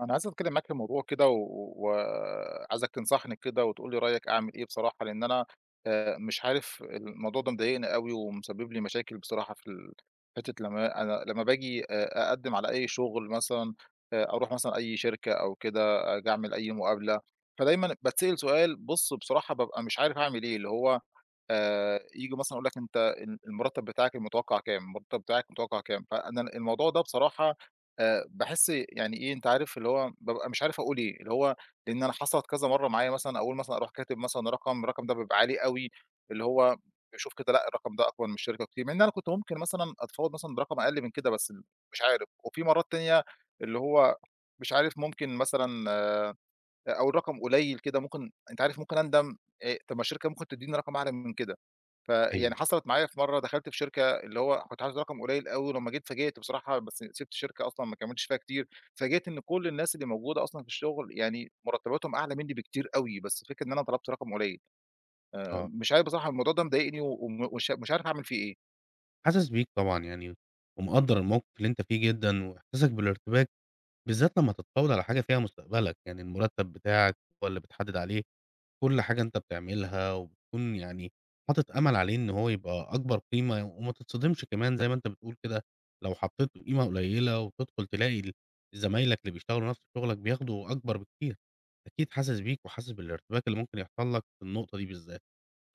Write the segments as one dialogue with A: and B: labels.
A: أنا عايز أتكلم معاك في موضوع كده وعايزك تنصحني كده وتقول لي رأيك أعمل إيه بصراحة، لإن أنا مش عارف الموضوع ده مضايقني أوي ومسبب لي مشاكل بصراحة في ال حتة لمّا باجي أقدّم على أي شغل مثلًا، أروح مثلًا أي شركة أو كده، آجي أعمل أي مقابلة، فدايمًا باتسأل سؤال، بُص بصراحة بابقى مش عارف أعمل إيه، اللي هو ييجوا مثلًا يقول لك أنت ال المرتب بتاعك المتوقع كام، فأنا الموضوع ده بصراحة باحس يعني إيه أنت عارف اللي هو بابقى مش عارف أقول إيه، اللي هو لإن أنا حصلت كذا مرّة معايا، مثلًا أقول مثلًا أروح كاتب مثلًا رقم، الرقم ده بيبقى عالي أوي، اللي هو باشوف كده لأ الرقم ده أكبر من الشركة كتير، مع إن أنا كنت ممكن مثلًا أتفاوض مثلًا برقم أقل من كده، بس مش عارف. وفي مرات تانية اللي هو مش عارف، ممكن مثلًا آه، أو الرقم قليل كده ممكن أنت عارف ممكن أندم. طب ما الشركة ممكن تدّيني رقم أعلى من كده. فيعني
B: أيوه،
A: حصلت معايا في مرّة دخلت في شركة، اللي هو كنت حاطط رقم قليل أوي، ولمّا جيت اتفاجئت بصراحة، بس سِبت الشركة أصلًا ما كمّلتش فيها كتير. اتفاجئت إن كل الناس اللي موجودة أصلًا في الشغل يعني مرتباتهم أعلى منّي بكتير أوي، بس الفكرة إن أنا طلبت رقم قليل.
B: آه،
A: مش عارف بصراحة الموضوع ده مضايقني وم ومش مش عارف أعمل فيه إيه.
B: حاسس بيك طبعًا يعني، ومقدّر الموقف اللي أنت فيه جدًا، وإحساسك بالارتباك بالذات لمّا تتفاوض على حاجة فيها مستقبلك، يعني المرتب بتاعك هو اللي بتحدد عليه كل حاجة أنت بتعملها، وبتكون يعني حاطط أمل عليه إن هو يبقى أكبر قيمة، وما تتصدمش كمان زي ما أنت بتقول كده، لو حطيت له قيمة قليلة وتدخل تلاقي ال زمايلك اللي بيشتغلوا نفس شغلك بياخدوا أكبر بكتير، أكيد حاسس بيك وحاسس بالارتباك اللي ممكن يحصل لك في النقطة دي بالذات.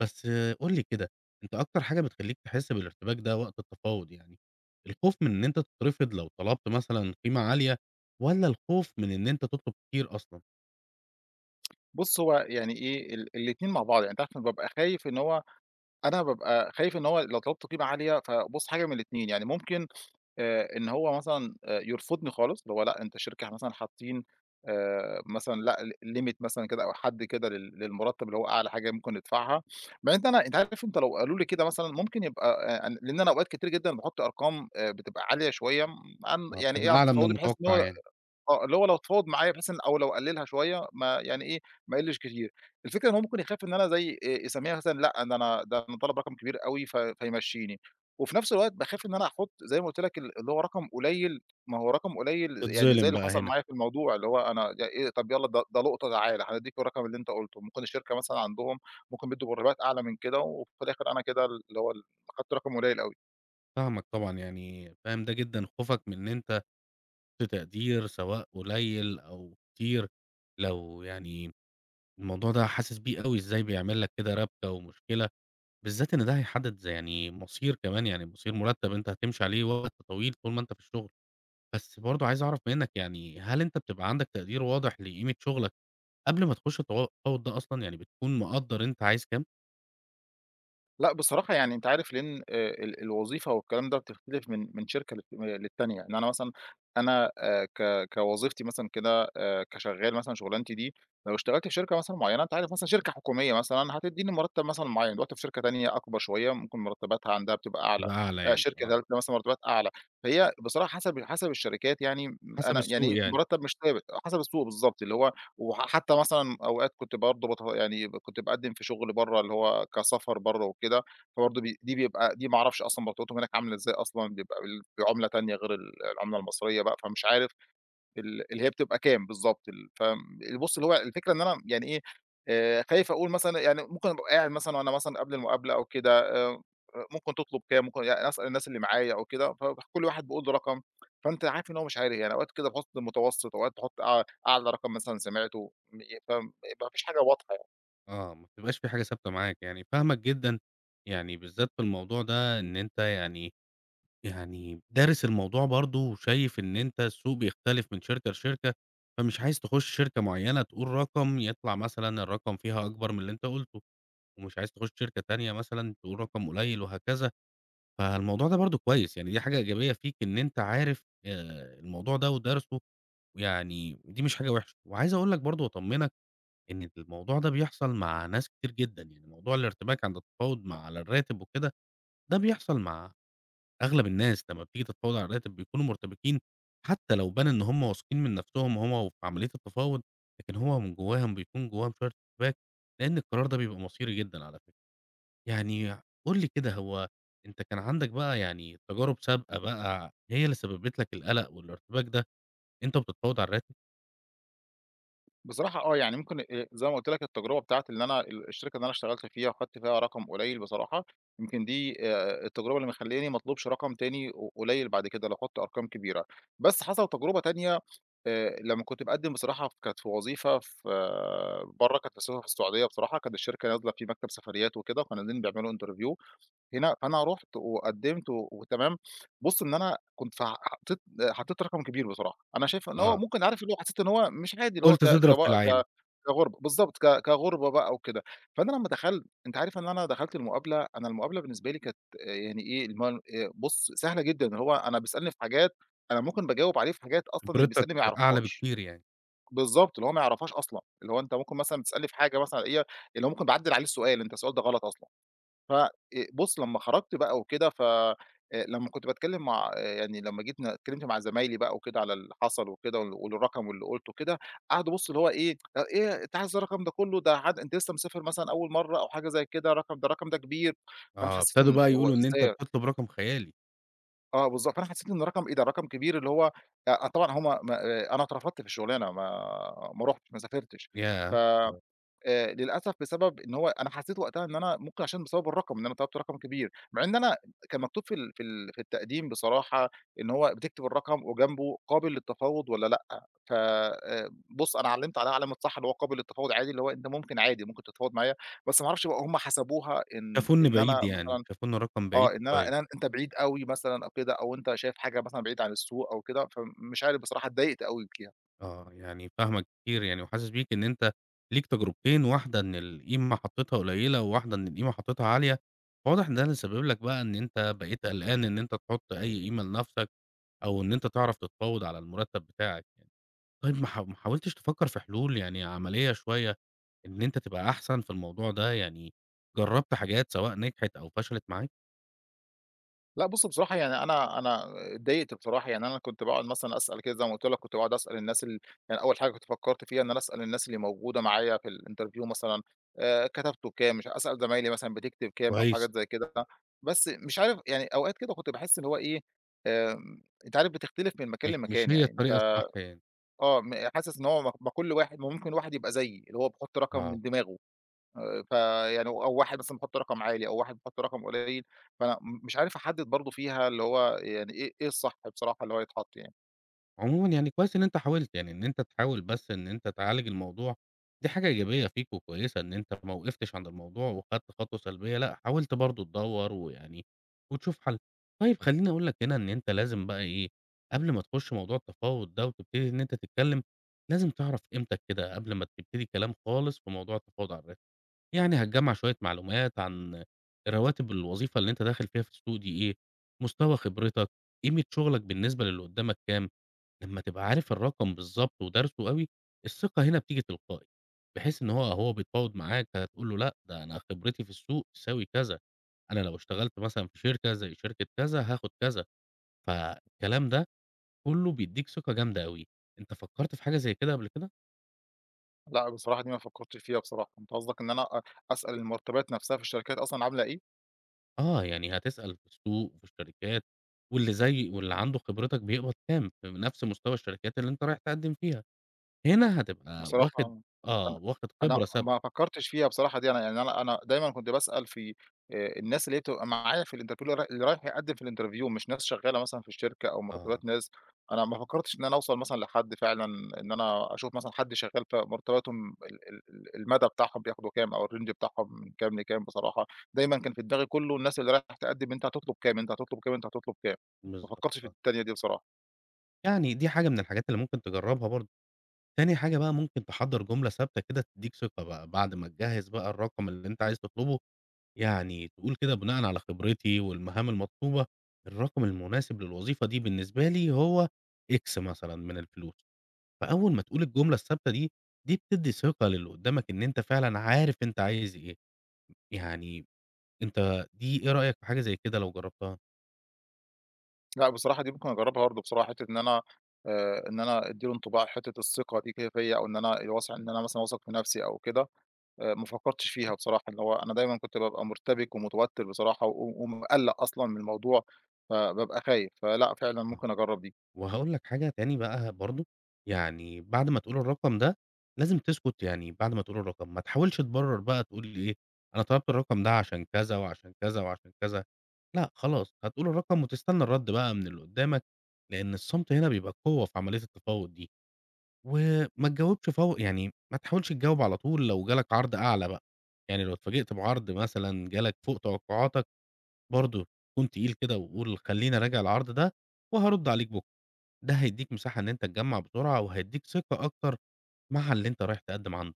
B: بس قُل لي كده، أنت أكتر حاجة بتخلّيك تحس بالارتباك ده وقت التفاوض يعني، الخوف من إن أنت تترفض لو طلبت مثلًا قيمة عالية، والّا الخوف من إن أنت تطلب كتير أصلًا،
A: بُص هو يعني إيه ال الاتنين مع بعض، يعني أنت عارف أنا بابقى خايف إن هو لو طلبت قيمة عالية فبُص، حاجة من الاتنين، يعني ممكن إن هو مثلًا يرفضني خالص، اللي هو لأ أنت الشركة مثلًا حاطين مثلًا لأ limit مثلًا كده أو حد كده للمرتب اللي هو أعلى حاجة ممكن ندفعها، مع إن أنا أنت عارف أنت لو قالوا لي كده مثلًا ممكن يبقى لأن أنا أوقات كتير جدًا باحط أرقام بتبقى عالية شوية عن يعني
B: فبتبقى
A: إيه عن
B: أعلى من
A: تفاوضي، بحيث إن
B: المتوقع
A: هو
B: يعني؟
A: آه، اللي هو لو تفاوض معايا بحيث إن أو لو قلّلها شوية ما يعني إيه، ما يقلّش كتير. الفكرة إن هو ممكن يخاف إن أنا زي يسمّيها مثلًا لأ، ده أنا طالب رقم كبير أوي ف فيمشّيني. وفي نفس الوقت باخاف إن أنا أحُط زي ما قُلت لك ال اللي هو رقم قليل، ما هو رقم قليل يعني زي
B: تتظلم
A: اللي
B: بقى
A: حصل
B: هنا،
A: معايا في الموضوع، اللي هو أنا ده إيه، طب يالّا ده لقطة تعالَ، هندّيك الرقم اللي أنت قُلته. ممكن الشركة مثلًا عندهم ممكن بيدّوا مرتبات أعلى من كده، وفي الآخر أنا كده اللي هو ال خدت رقم قليل أوي.
B: فاهمك طبعًا يعني فاهم ده جدًا خوفك من إن أنت في تقدير سواء قليل أو كتير، لو يعني الموضوع ده حاسس بيه أوي إزاي بيعمل لك كده ربكة ومشكلة، بالذات إن ده هيحدد زي يعني مصير كمان يعني مصير مرتب أنت هتمشي عليه وقت طويل طول ما أنت في الشغل. بس برضه عايز أعرف منّك يعني هل أنت بتبقى عندك تقدير واضح لقيمة شغلك قبل ما تخش التفاوض ده أصلًا، يعني بتكون مقدّر أنت عايز كام؟
A: لأ بصراحة يعني أنت عارف لإن ال الوظيفة والكلام ده بتختلف من شركة للت للتانية، إن أنا مثلًا أنا ك كوظيفتي مثلًا كده كشغّال مثلًا شغلانتي دي، لو اشتغلت في شركة مثلًا معيّنة أنت عارف مثلًا شركة حكومية مثلًا هتدّيني مرتّب مثلًا معيّن، دلوقتي في شركة تانية أكبر شوية ممكن مرتباتها عندها بتبقى أعلى،
B: بتبقى أعلى يعني،
A: شركة
B: آه،
A: تالتة مثلًا مرتبات أعلى، فهي بصراحة حسب الشركات يعني م
B: حسب
A: أنا
B: السوق
A: يعني
B: يعني،
A: مرتّب مش ثابت، حسب السوق بالضبط اللي هو وحتى مثلًا أوقات كنت برضه بت يعني كنت باقدّم في شغل برّه، اللي هو كسفر برّه وكده، فبرضه بي دي بيبقى دي ما أعرفش أصلًا مرتباتهم هناك عاملة إزاي أصلًا، بيبقى بال بعملة تانية غير ال العملة المصرية بقى، فمش عارف ال اللي هي بتبقى كام بالضبط ال بُص اللي هو الفكرة إن أنا يعني إيه، خايف أقول مثلًا يعني ممكن أبقى قاعد مثلًا وأنا مثلًا قبل المقابلة أو كده آآ ممكن تطلب كام، ممكن يعني أسأل الناس اللي معايا أو كده، فكل واحد بيقول لي رقم، فأنت عارف إن هو مش عارف يعني أوقات كده باحط متوسط، أوقات باحط أع أعلى رقم مثلًا سمعته، م فما فيش حاجة واضحة.
B: آه، ما بتبقاش في حاجة ثابتة معاك يعني، فاهمك جدًا، يعني بالذات في الموضوع ده إن أنت يعني دارس الموضوع برضه وشايف إن أنت السوق بيختلف من شركة لشركة، فمش عايز تخش شركة معيّنة تقول رقم يطلع مثلًا الرقم فيها أكبر من اللي أنت قُلته، ومش عايز تخش شركة تانية مثلًا تقول رقم قليل وهكذا. فالموضوع ده برضه كويس، يعني دي حاجة إيجابية فيك إن أنت عارف الموضوع ده ودارسه، ويعني دي مش حاجة وحشة، وعايز أقول لك برضه وأطمنك إن الموضوع ده بيحصل مع ناس كتير جدًا، يعني موضوع الارتباك عند التفاوض على الراتب وكده، ده بيحصل مع أغلب الناس لمّا بتيجي تتفاوض على الراتب بيكونوا مرتبكين، حتى لو بان إن هُم واثقين من نفسهم هُم وفي عملية التفاوض، لكن هو من جواهم بيكون جواهم شوية ارتباك، لأن القرار ده بيبقى مصيري جدًا على فكرة. يعني قُل لي كده هو أنت كان عندك بقى يعني تجارب سابقة بقى هي اللي سببت لك القلق والارتباك ده، أنت وبتتفاوض على الراتب؟
A: بصراحة آه، يعني ممكن زي ما قُلت لك التجربة بتاعة اللي أنا ال الشركة اللي أنا اشتغلت فيها وخدت فيها رقم قليل بصراحة، يمكن دي التجربة اللي مخلّياني ما اطلبش رقم تاني ق قليل بعد كده لو خدت أرقام كبيرة، بس حصل تجربة تانية لمّا كنت باقدّم بصراحة، ف كانت في وظيفة في آه، برّه، كانت في السعودية بصراحة، كانت الشركة نازلة في مكتب سفريات وكده وكانوا نازلين بيعملوا interview هنا، فأنا رُحت وقدّمت و وتمام، بُص إن أنا كنت ف حطيت رقم كبير بصراحة، أنا شايف إن هو
B: آه،
A: ممكن عارف اللي هو حسيت إن هو مش عادي اللي هو
B: قُلت
A: ك ك
B: تضرب في
A: ك
B: العالي،
A: كغُربة بالضبط ك كغُربة بقى وكده، فأنا لمّا دخلت أنت عارف إن أنا دخلت المقابلة، أنا المقابلة بالنسبة لي كانت آه، يعني إيه اللي هو بُص سهلة جدًا، اللي هو أنا بيسألني في حاجات أنا ممكن باجاوب عليه في حاجات أصلًا اللي
B: خبرتك
A: بيسألني ما
B: أعلى
A: يعرفهاش،
B: بكتير يعني،
A: بالضبط اللي هو ما يعرفهاش أصلًا، اللي هو أنت ممكن مثلًا تسألني في حاجة مثلًا إيه اللي هو ممكن باعدّل عليه السؤال أنت السؤال ده غلط أصلًا. ف بُص، لمّا خرجت بقى وكده ف لمّا كنت باتكلّم مع آه، يعني لمّا جيت ن اتكلّمت مع زمايلي بقى وكده على اللي حصل وكده وال والرقم واللي قُلته وكده، قعدوا بُص اللي هو إيه، "أ إيه أنت عايز الرقم ده كُلّه؟ ده حد أنت لسه مسافر مثلًا أول مرّة أو حاجة زي كده، رقم ده الرقم ده كبير." فأنا
B: آه،
A: حسّيت إن
B: ابتدوا بقى
A: هو
B: يقولوا إن أنت
A: إزاي
B: بتطلب رقم خيالي،
A: آه بالضبط، فأنا حسّيت إن رقم إيه ده، رقم كبير اللي هو أ طبعًا هم ما آه، أنا اترفضت في الشغلانة، ما ما رُحتش، ما سافرتش.
B: ياه!
A: ف
B: آه.
A: للأسف بسبب إن هو أنا حسّيت وقتها إن أنا ممكن عشان بسبب الرقم، إن أنا طلبت رقم كبير، مع إن أنا كان مكتوب في ال في التقديم بصراحة إن هو بتكتب الرقم وجنبه قابل للتفاوض والّا لأ، ف بُص أنا علّمت عليها علامة صح اللي هو قابل للتفاوض عادي، اللي هو أنت ممكن عادي ممكن تتفاوض معايا، بس ما أعرفش بقى هم حسبوها إن
B: شافوه إن
A: أنا
B: بعيد يعني،
A: مثلًا
B: شافوه إن رقم
A: آه،
B: بعيد
A: إن أنا
B: شوية،
A: أنت بعيد أوي مثلًا أو كده، أو أنت شايف حاجة مثلًا بعيد عن السوق أو كده، فمش عارف بصراحة اتضايقت أوي.
B: آه، يعني فاهمك كتير يعني وحاسس بيك إن أنت ليك تجربتين، واحدة إن القيمة حطيتها قليلة، وواحدة إن القيمة حطيتها عالية، فواضح إن ده اللي سبب لك بقى إن أنت بقيت قلقان إن أنت تحط أي قيمة لنفسك. أو إن أنت تعرف تتفاوض على المرتب بتاعك يعني. طيب ما حاولتش تفكر في حلول يعني عملية شوية، إن أنت تبقى أحسن في الموضوع ده، يعني جربت حاجات سواء نجحت أو فشلت معاك؟
A: لأ بُص بصراحة يعني أنا اتضايقت بصراحة، يعني أنا كنت باقعد مثلًا أسأل كده زي ما قُلت لك، كنت باقعد أسأل الناس ال يعني أول حاجة كنت فكّرت فيها إن أنا أسأل الناس اللي موجودة معايا في الinterview مثلًا كتبتوا كام، مش أسأل زمايلي مثلًا بتكتب كام أو
B: كويس.
A: حاجات زي كده، بس مش عارف يعني أوقات كده كنت باحس اللي هو إيه، أنت عارف بتختلف من مكان
B: مش
A: لمكان،
B: هي
A: يعني
B: الطريقة
A: أنت
B: الصح يعني.
A: آه م حاسس إن هو ما ما كل واحد ما ممكن واحد يبقى زيي، اللي هو بيحط رقم
B: آه.
A: من دماغه. فيعني أو واحد مثلًا بيحط رقم عالي أو واحد بيحط رقم قليل، فأنا م مش عارف أحدد برضه فيها اللي هو يعني إيه إيه الصح بصراحة اللي هو يتحط يعني.
B: عمومًا يعني كويس إن أنت حاولت، يعني إن أنت تحاول بس إن أنت تعالج الموضوع، دي حاجة إيجابية فيك وكويسة إن أنت ما وقفتش عند الموضوع وخدت خطوة سلبية، لأ حاولت برضه تدوّر ويعني وتشوف حل. طيب خلّيني أقول لك هنا إن أنت لازم بقى إيه، قبل ما تخش موضوع التفاوض ده وتبتدي إن أنت تتكلم، لازم تعرف قيمتك كده قبل ما تبتدي كلام خالص في موضوع التفاوض على الراتب، يعني هتجمّع شوية معلومات عن رواتب الوظيفة اللي أنت داخل فيها في السوق دي إيه، مستوى خبرتك، قيمة شغلك بالنسبة للي قدّامك كام. لمّا تبقى عارف الرقم بالضبط ودارسه أوي، الثقة هنا بتيجي تلقائي، بحيث إن هو آه، هو بيتفاوض معاك هتقول له لأ، ده أنا خبرتي في السوق تساوي كذا، أنا لو اشتغلت مثلًا في شركة زي شركة كذا هاخد كذا، فالكلام ده كله بيدّيك ثقة جامدة أوي. أنت فكّرت في حاجة زي كده قبل كده؟
A: لأ بصراحة دي ما فكرتش فيها بصراحة، أنت قصدك إن أنا أ أسأل المرتبات نفسها في الشركات أصلًا عاملة إيه؟
B: آه، يعني هتسأل في السوق وفي الشركات، واللي زي واللي عنده خبرتك بيقبض كام في نفس مستوى الشركات اللي أنت رايح تقدّم فيها، هنا هتبقى واخد
A: بصراحة
B: آه،
A: أنا
B: واخد
A: أنا
B: خبرة سابقة،
A: ما فكّرتش فيها بصراحة دي، أنا يعني أنا دايمًا كنت باسأل في الناس اللي هي بتبقى معايا في الinterview اللي راي اللي رايح يقدّم في الinterview، مش ناس شغّالة مثلًا في الشركة أو
B: آه،
A: مرتبات ناس، أنا ما فكّرتش إن أنا أوصل مثلًا لحد فعلًا إن أنا أشوف مثلًا حد شغّال فمرتباتهم ال المدى بتاعهم بياخدوا كام أو الrange بتاعهم من كام لكام بصراحة، دايمًا كان في دماغي كلّه الناس اللي رايحة تقدّم أنت هتطلب كام، ما فكّرتش في
B: بالضبط.
A: التانية دي بصراحة.
B: يعني دي حاجة من الحاجات اللي ممكن تجرّبها برضه. تاني حاجة بقى ممكن تحضّر جملة ثابتة كده تدّيك ثقة بقى، بعد ما تجهّز بقى الرقم اللي أنت عايز تطلبه، يعني تقول كده بناءً على خبرتي والمهام المطلوبة، الرقم المناسب للوظيفة دي بالنسبة لي هو X مثلًا من الفلوس. فأول ما تقول الجملة الثابتة دي، دي بتدّي ثقة للي قدّامك إن أنت فعلًا عارف أنت عايز إيه. يعني أنت دي إيه رأيك في حاجة زي كده لو جرّبتها؟
A: لأ، بصراحة دي ممكن أجرّبها برضه بصراحة، حتّة إن أنا إن أنا أدّي له انطباع حتّة الثقة دي كده فيّا أو إن أنا واثق إن أنا مثلًا واثق في نَفْسي أو كده، ما فكّرتش فيها بصراحة، اللي هو أنا دايمًا كنت بابقى مرتبك ومتوتّر بصراحة ومقلّق أصلًا من الموضوع، فبابقى خايف، فلأ فعلًا ممكن أجرّب دي.
B: وهاقول لك حاجة تاني بقى برضه، يعني بعد ما تقول الرقم ده لازم تسكت يعني بعد ما تقول الرقم، ما تحاولش تبرر بقى تقول إيه، أنا طلبت الرقم ده عشان كذا، وعشان كذا، وعشان كذا، لأ خلاص هتقول الرقم وتستنى الرد بقى من اللي قدامك، لأن الصمت هنا بيبقى قوة في عملية التفاوض دي، وما تجاوبش يعني ما تحاولش تجاوب على طول لو جالك عرض أعلى بقى، يعني لو اتفاجئت بعرض مثلًا جالك فوق توقعاتك برضه كُن تقيل كده وقُل خلّيني أراجع العرض ده وهارُد عليك بُكرة. ده هيدّيك مساحة إن أنت تجمّع بسرعة، وهيدّيك ثقة أكتر مع اللي أنت رايح تقدّم عنده.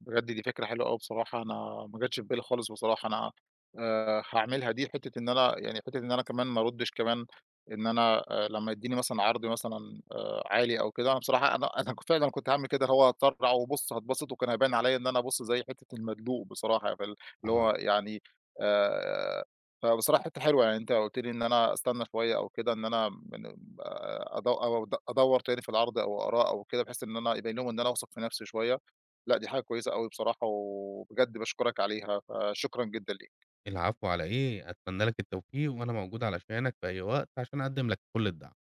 A: بجد دي فكرة حلوة أوي بصراحة، أنا ما جاتش في بالي خالص بصراحة، أنا هاعملها دي، حتّة إن أنا يعني حتّة إن أنا كمان ما أردّش كمان إن أنا لمّا يدّيني مثلًا عرض مثلًا عالي أو كده، أنا بصراحة أنا كنت فعلًا كنت هاعمل كده اللي هو أتسرّع وأبُص هاتبسط وكان هيبان عليّا إن أنا بُص زي حتّة المدلوق بصراحة، فال اللي هو
B: أها.
A: يعني آآ فبصراحة حتّة حلوة، يعني أنت قُلت لي إن أنا أستنى شوية أو كده، إن أنا من أدوّر تاني في العرض أو آراء أو كده، بحيث إن أنا يبين لهم إن أنا واثق في نَفْسي شوية. لأ، دي حاجة كويسة أوي بصراحة، وبجد باشكرك عليها، فشكرًا جدًا ليك.
B: العفو على إيه، أتمنى لك التوفيق، وأنا موجود علشانك في أي وقت عشان أقدّم لك كل الدعم.